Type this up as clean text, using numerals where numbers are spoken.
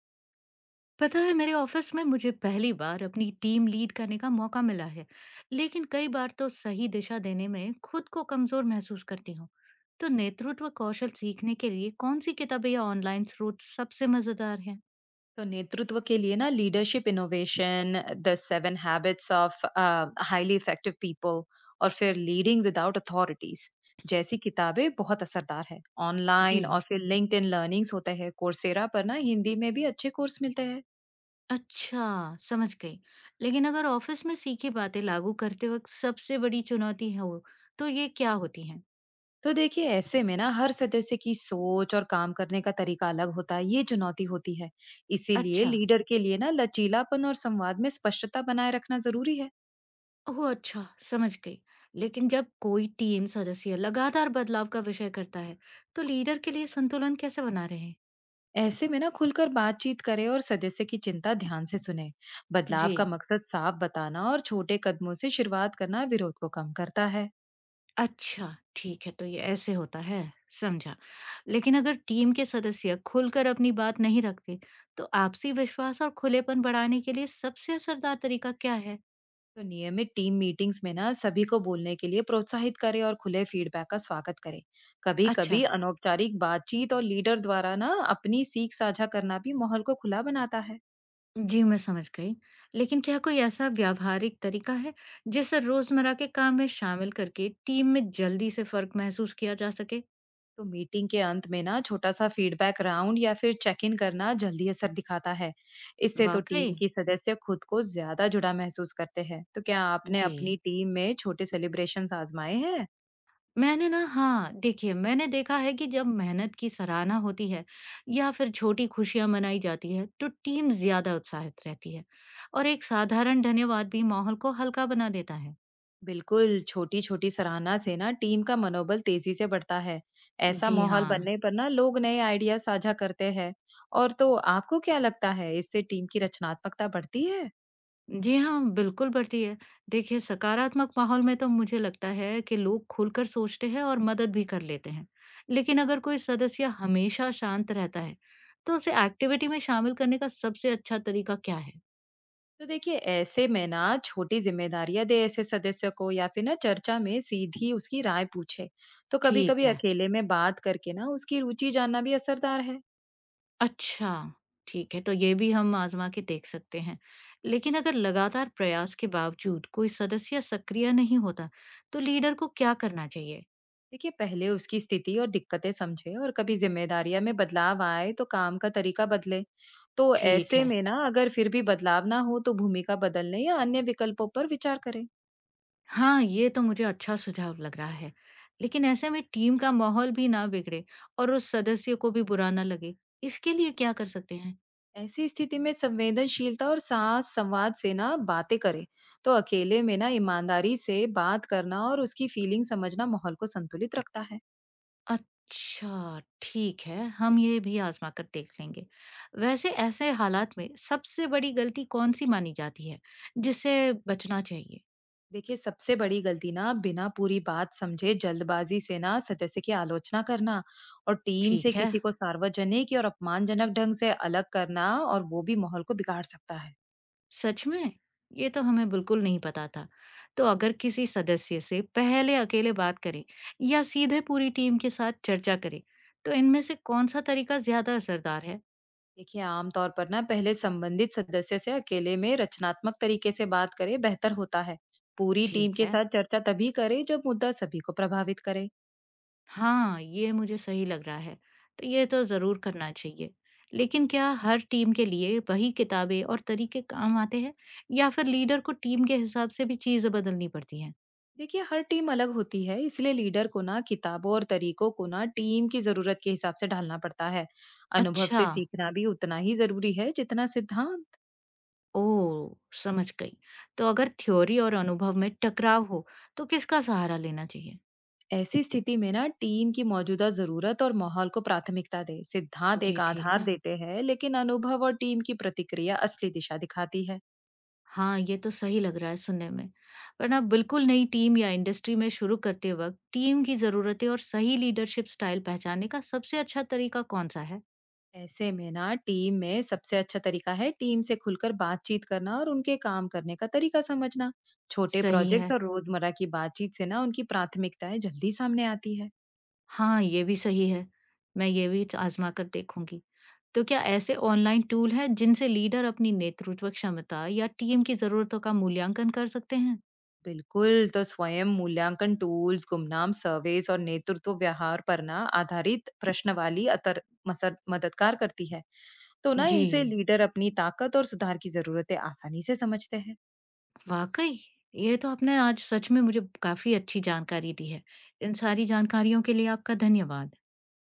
पता है मेरे ऑफिस में मुझे पहली बार अपनी टीम लीड करने का मौका मिला है, लेकिन कई बार तो सही दिशा देने में खुद को कमजोर महसूस करती हूँ। तो नेतृत्व कौशल सीखने के लिए कौन सी किताबें या ऑनलाइन स्रोत सबसे मजेदार हैं? तो नेतृत्व के लिए ना leadership innovation the seven habits of highly effective people और फिर लीडिंग विदाउट अथॉरिटीज जैसी किताबें बहुत असरदार है। ऑनलाइन और जी, फिर लिंक्डइन लर्निंग्स होते हैं, कोर्सेरा पर ना हिंदी में भी अच्छे कोर्स मिलते हैं। अच्छा, समझ गई। लेकिन अगर ऑफिस में सीखी बातें लागू करते वक्त सबसे बड़ी चुनौती है वो, तो ये क्या होती है? तो देखिए, ऐसे में ना हर सदस्य की सोच और काम करने का तरीका अलग होता है, ये चुनौती होती है। इसीलिए अच्छा, लीडर के लिए ना लचीलापन और संवाद में स्पष्टता बनाए रखना जरूरी है। ओह! अच्छा, समझ गई। लेकिन जब कोई टीम सदस्य लगातार बदलाव का विषय करता है, तो लीडर के लिए संतुलन कैसे बना रहे हैं? ऐसे में ना खुलकर बातचीत करें और सदस्य की चिंता ध्यान से सुने। बदलाव का जी, मकसद साफ बताना और छोटे कदमों से शुरुआत करना विरोध को कम करता है। अच्छा, ठीक है, तो ये ऐसे होता है, समझा। लेकिन अगर टीम के सदस्य खुलकर अपनी बात नहीं रखते, तो आपसी विश्वास और खुलेपन बढ़ाने के लिए सबसे असरदार तरीका क्या है? तो नियमित टीम मीटिंग्स में ना सभी को बोलने के लिए प्रोत्साहित करें और खुले फीडबैक का स्वागत करें। कभी अच्छा, कभी अनौपचारिक बातचीत और लीडर द्वारा ना अपनी सीख साझा करना भी माहौल को खुला बनाता है। जी, मैं समझ गई। लेकिन क्या कोई ऐसा व्यावहारिक तरीका है, जिसे रोज़मर्रा के काम में शामिल करके टीम में जल्दी से फ़र्क महसूस किया जा सके? तो मीटिंग के अंत में ना छोटा सा फीडबैक राउंड या फिर चेक इन करना जल्दी असर दिखाता है। इससे तो टीम वाक़ई? की सदस्य खुद को ज्यादा जुड़ा महसूस करते हैं। तो क्या आपने जी। अपनी टीम में छोटे सेलिब्रेशंस आजमाए हैं? मैंने ना हाँ, देखिए मैंने देखा है कि जब मेहनत की सराहना होती है या फिर छोटी खुशियाँ मनाई जाती है, तो टीम ज़्यादा उत्साहित रहती है और एक साधारण धन्यवाद भी माहौल को हल्का बना देता है। बिल्कुल, छोटी छोटी सराहना से ना टीम का मनोबल तेजी से बढ़ता है। ऐसा जी माहौल हाँ। बनने पर ना लोग नए आइडिया साझा करते हैं। और तो आपको क्या लगता है, इससे टीम की रचनात्मकता बढ़ती है? जी हाँ, बिल्कुल बढ़ती है। देखिए सकारात्मक माहौल में तो मुझे लगता है कि लोग खुलकर सोचते हैं और मदद भी कर लेते हैं। लेकिन अगर कोई सदस्य हमेशा शांत रहता है, तो उसे एक्टिविटी में शामिल करने का सबसे अच्छा तरीका क्या है? तो देखिए, ऐसे में ना छोटी जिम्मेदारियां दे ऐसे सदस्य को, या फिर ना चर्चा में सीधी उसकी राय पूछे। तो कभी ठीक कभी है। अकेले में बात करके ना उसकी रुचि जानना भी असरदार है। अच्छा, ठीक है, तो ये भी हम आज़मा के देख सकते हैं। लेकिन अगर लगातार प्रयास के बावजूद कोई सदस्य सक्रिय नहीं होता, तो लीडर को क्या करना चाहिए? देखिए, पहले उसकी स्थिति और दिक्कतें समझे और कभी जिम्मेदारियां में बदलाव आए तो काम का तरीका बदले। तो ठीक ऐसे है। में ना अगर फिर भी बदलाव ना हो तो भूमिका बदलने या अन्य विकल्पों पर विचार करें। हाँ, ये तो मुझे अच्छा सुझाव लग रहा है। लेकिन ऐसे में टीम का माहौल भी ना बिगड़े और उस सदस्य को भी बुरा ना लगे, इसके लिए क्या कर सकते हैं? ऐसी स्थिति में संवेदनशीलता और साथ संवाद से ना बातें करें। तो अकेले में ना ईमानदारी से बात करना और उसकी फीलिंग समझना माहौल को संतुलित रखता है। अच्छा, ठीक है, हम ये भी आज़मा कर देख लेंगे। वैसे ऐसे हालात में सबसे बड़ी गलती कौन-सी मानी जाती है, जिससे बचना चाहिए? देखिए, सबसे बड़ी गलती ना बिना पूरी बात समझे जल्दबाजी से ना सदस्य की आलोचना करना। और टीम से ठीक है, किसी को सार्वजनिक और अपमानजनक ढंग से अलग करना और वो भी माहौल को बिगाड़ सकता है। सच में? ये तो हमें बिल्कुल नहीं पता था। तो अगर किसी सदस्य से पहले अकेले बात करें या सीधे पूरी टीम के साथ चर्चा करें, तो इनमें से कौन-सा तरीका ज़्यादा असरदार है? देखिए, आमतौर पर ना पहले संबंधित सदस्य से अकेले में रचनात्मक तरीके से बात करें बेहतर होता है। पूरी टीम ठीक के है। साथ चर्चा तभी करें जब मुद्दा सभी को प्रभावित करे। हाँ, ये मुझे सही लग रहा है। तो ये तो ज़रूर करना चाहिए। लेकिन क्या हर टीम के लिए वही किताबें और तरीके काम आते हैं या फिर लीडर को टीम के हिसाब से भी चीज़ें बदलनी पड़ती हैं? देखिए, हर टीम अलग होती है, इसलिए लीडर को ना किताबों और तरीकों को ना टीम की जरूरत के हिसाब से ढालना पड़ता है। अनुभव अच्छा। से सीखना भी उतना ही जरूरी है जितना सिद्धांत। ओह! समझ गई। तो अगर थ्योरी और अनुभव में टकराव हो, तो किसका सहारा लेना चाहिए? ऐसी स्थिति में ना टीम की मौजूदा जरूरत और माहौल को प्राथमिकता दे। सिद्धांत एक जी, ठीक आधार है। देते हैं, लेकिन अनुभव और टीम की प्रतिक्रिया असली दिशा दिखाती है। हाँ, ये तो सही लग रहा है सुनने में। पर ना बिल्कुल नई टीम या इंडस्ट्री में शुरू करते वक़्त टीम की ज़रूरतें और सही लीडरशिप स्टाइल पहचानने का सबसे अच्छा तरीका कौन-सा है? ऐसे में ना टीम में सबसे अच्छा तरीका है टीम से खुलकर बातचीत करना और उनके काम करने का तरीका समझना। छोटे सही प्रोजेक्ट्स है। और रोजमर्रा की बातचीत से ना उनकी प्राथमिकताएं जल्दी सामने आती है। हाँ, ये भी सही है। मैं ये भी च आज़मा कर देखूँगी। तो क्या ऐसे ऑनलाइन टूल हैं जिनसे लीडर अपनी नेतृत्व क्षमता या टीम की ज़रूरतों का मूल्यांकन कर सकते हैं? बिल्कुल, तो स्वयं मूल्यांकन टूल्स, गुमनाम सर्वेस और नेतृत्व व्यवहार पर ना आधारित प्रश्नवाली अतर मसर, मददगार करती है। तो ना जी। इनसे लीडर अपनी ताकत और सुधार की जरूरतें आसानी से समझते हैं। वाक़ई! ये तो आपने आज सच में मुझे काफ़ी अच्छी जानकारी दी है। इन सारी जानकारियों के लिए आपका धन्यवाद।